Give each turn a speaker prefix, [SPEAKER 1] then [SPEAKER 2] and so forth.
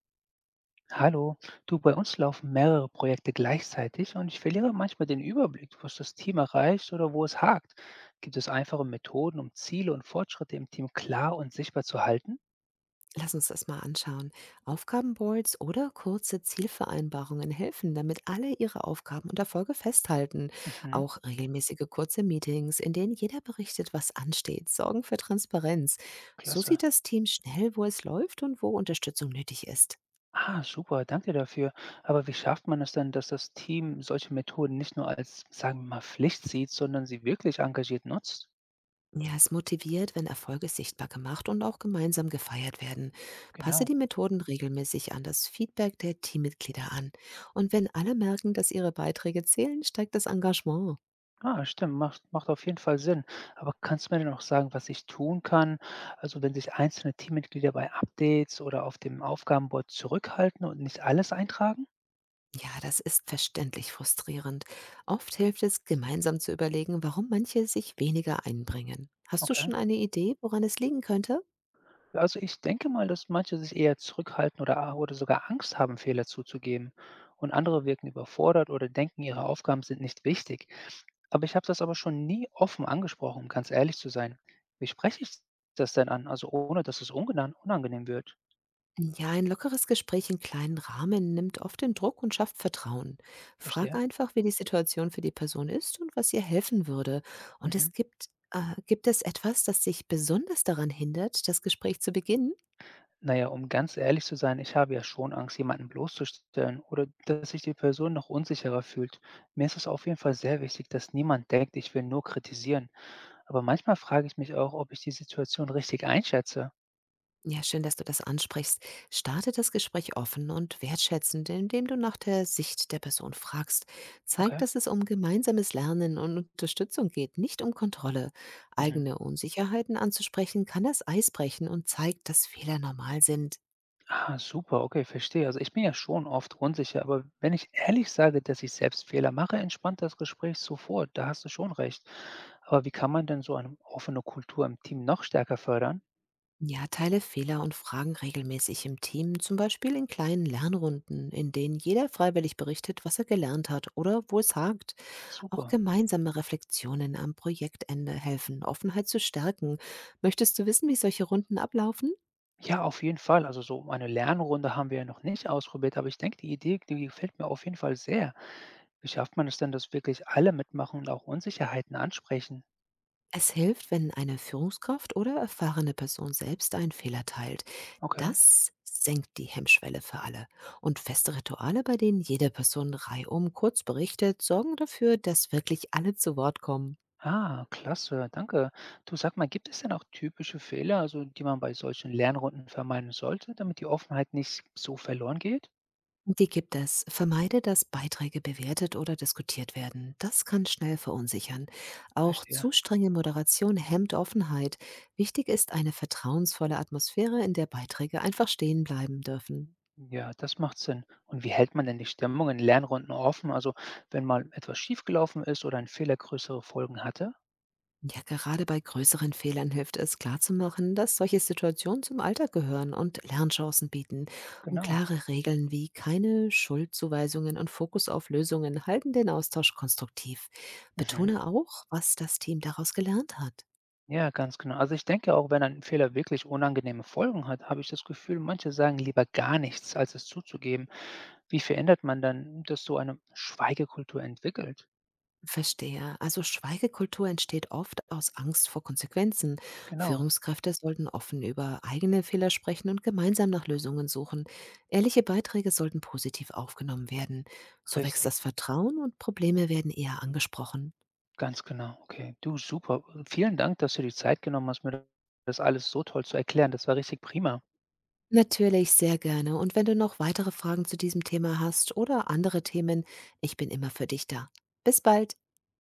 [SPEAKER 1] Hallo, du, bei uns laufen mehrere Projekte gleichzeitig und ich verliere manchmal den Überblick, was das Team erreicht oder wo es hakt. Gibt es einfache Methoden, um Ziele und Fortschritte im Team klar und sichtbar zu halten?
[SPEAKER 2] Lass uns das mal anschauen. Aufgabenboards oder kurze Zielvereinbarungen helfen, damit alle ihre Aufgaben und Erfolge festhalten.
[SPEAKER 1] Mhm,
[SPEAKER 2] Auch regelmäßige kurze Meetings, in denen jeder berichtet, was ansteht, sorgen für Transparenz. So
[SPEAKER 1] klasse.
[SPEAKER 2] sieht das Team schnell, wo es läuft und wo Unterstützung nötig ist.
[SPEAKER 1] Ah, super, danke dafür. Aber wie schafft man es denn, dass das Team solche Methoden nicht nur als, sagen wir mal, Pflicht sieht, sondern sie wirklich engagiert nutzt?
[SPEAKER 2] Ja, es motiviert, wenn Erfolge sichtbar gemacht und auch gemeinsam gefeiert werden. Passe
[SPEAKER 1] Genau.
[SPEAKER 2] die Methoden regelmäßig an das Feedback der Teammitglieder an. Und wenn alle merken, dass ihre Beiträge zählen, steigt das Engagement.
[SPEAKER 1] Ah, stimmt, macht auf jeden Fall Sinn. Aber kannst du mir denn auch sagen, was ich tun kann? Also, wenn sich einzelne Teammitglieder bei Updates oder auf dem Aufgabenboard zurückhalten und nicht alles eintragen?
[SPEAKER 2] Ja, das ist verständlich frustrierend. Oft hilft es, gemeinsam zu überlegen, warum manche sich weniger einbringen. Hast du
[SPEAKER 1] Okay.
[SPEAKER 2] schon eine Idee, woran es liegen könnte?
[SPEAKER 1] Also, ich denke mal, dass manche sich eher zurückhalten oder sogar Angst haben, Fehler zuzugeben. Und andere wirken überfordert oder denken, ihre Aufgaben sind nicht wichtig. Aber ich habe das aber schon nie offen angesprochen, um ganz ehrlich zu sein. Wie spreche ich das denn an? Also, ohne dass es ungenan unangenehm wird.
[SPEAKER 2] Ja, ein lockeres Gespräch in kleinen Rahmen nimmt oft den Druck und schafft Vertrauen. Frag
[SPEAKER 1] Verstehe.
[SPEAKER 2] einfach, wie die Situation für die Person ist und was ihr helfen würde. Und
[SPEAKER 1] Mhm.
[SPEAKER 2] es gibt, Gibt es etwas, das dich besonders daran hindert, das Gespräch zu beginnen?
[SPEAKER 1] Na ja, um ganz ehrlich zu sein, ich habe ja schon Angst, jemanden bloßzustellen oder dass sich die Person noch unsicherer fühlt. Mir ist es auf jeden Fall sehr wichtig, dass niemand denkt, ich will nur kritisieren. Aber manchmal frage ich mich auch, ob ich die Situation richtig einschätze.
[SPEAKER 2] Ja, schön, dass du das ansprichst. Starte das Gespräch offen und wertschätzend, indem du nach der Sicht der Person fragst. Zeig,
[SPEAKER 1] Okay.
[SPEAKER 2] dass es um gemeinsames Lernen und Unterstützung geht, nicht um Kontrolle.
[SPEAKER 1] Mhm.
[SPEAKER 2] Eigene Unsicherheiten anzusprechen kann das Eis brechen und zeigt, dass Fehler normal sind.
[SPEAKER 1] Ah, super, okay, verstehe. Also ich bin ja schon oft unsicher, aber wenn ich ehrlich sage, dass ich selbst Fehler mache, entspannt das Gespräch sofort. Da hast du schon recht. Aber wie kann man denn so eine offene Kultur im Team noch stärker fördern?
[SPEAKER 2] Ja, teile Fehler und Fragen regelmäßig im Team, zum Beispiel in kleinen Lernrunden, in denen jeder freiwillig berichtet, was er gelernt hat oder wo es hakt. Auch
[SPEAKER 1] Super.
[SPEAKER 2] gemeinsame Reflexionen am Projektende helfen, Offenheit zu stärken. Möchtest du wissen, wie solche Runden ablaufen?
[SPEAKER 1] Ja, auf jeden Fall. Also so eine Lernrunde haben wir ja noch nicht ausprobiert, aber ich denke, die Idee, die gefällt mir auf jeden Fall sehr. Wie schafft man es denn, dass wirklich alle mitmachen und auch Unsicherheiten ansprechen?
[SPEAKER 2] Es hilft, wenn eine Führungskraft oder erfahrene Person selbst einen Fehler teilt.
[SPEAKER 1] Okay.
[SPEAKER 2] Das senkt die Hemmschwelle für alle. Und feste Rituale, bei denen jede Person reihum kurz berichtet, sorgen dafür, dass wirklich alle zu Wort kommen.
[SPEAKER 1] Ah, klasse, danke. Du, sag mal, gibt es denn auch typische Fehler, also die man bei solchen Lernrunden vermeiden sollte, damit die Offenheit nicht so verloren geht?
[SPEAKER 2] Die gibt es. Vermeide, dass Beiträge bewertet oder diskutiert werden. Das kann schnell verunsichern. Auch
[SPEAKER 1] Verstehe.
[SPEAKER 2] zu strenge Moderation hemmt Offenheit. Wichtig ist eine vertrauensvolle Atmosphäre, in der Beiträge einfach stehen bleiben dürfen.
[SPEAKER 1] Ja, das macht Sinn. Und wie hält man denn die Stimmung in Lernrunden offen? Also wenn mal etwas schiefgelaufen ist oder ein Fehler größere Folgen hatte?
[SPEAKER 2] Ja, gerade bei größeren Fehlern hilft es, klarzumachen, dass solche Situationen zum Alltag gehören und Lernchancen bieten. Und
[SPEAKER 1] Genau.
[SPEAKER 2] klare Regeln wie keine Schuldzuweisungen und Fokus auf Lösungen halten den Austausch konstruktiv.
[SPEAKER 1] Mhm.
[SPEAKER 2] Betone auch, was das Team daraus gelernt hat.
[SPEAKER 1] Ja, ganz genau. Also, ich denke auch, wenn ein Fehler wirklich unangenehme Folgen hat, habe ich das Gefühl, manche sagen lieber gar nichts, als es zuzugeben. Wie verändert man dann, dass so eine Schweigekultur entwickelt?
[SPEAKER 2] Verstehe. Also Schweigekultur entsteht oft aus Angst vor Konsequenzen.
[SPEAKER 1] Genau,
[SPEAKER 2] Führungskräfte sollten offen über eigene Fehler sprechen und gemeinsam nach Lösungen suchen. Ehrliche Beiträge sollten positiv aufgenommen werden. So wächst
[SPEAKER 1] richtig.
[SPEAKER 2] das Vertrauen und Probleme werden eher angesprochen.
[SPEAKER 1] Ganz genau. Okay. Du, super. Vielen Dank, dass du die Zeit genommen hast, mir das alles so toll zu erklären. Das war richtig prima.
[SPEAKER 2] Natürlich, sehr gerne. Und wenn du noch weitere Fragen zu diesem Thema hast oder andere Themen, ich bin immer für dich da. Bis bald.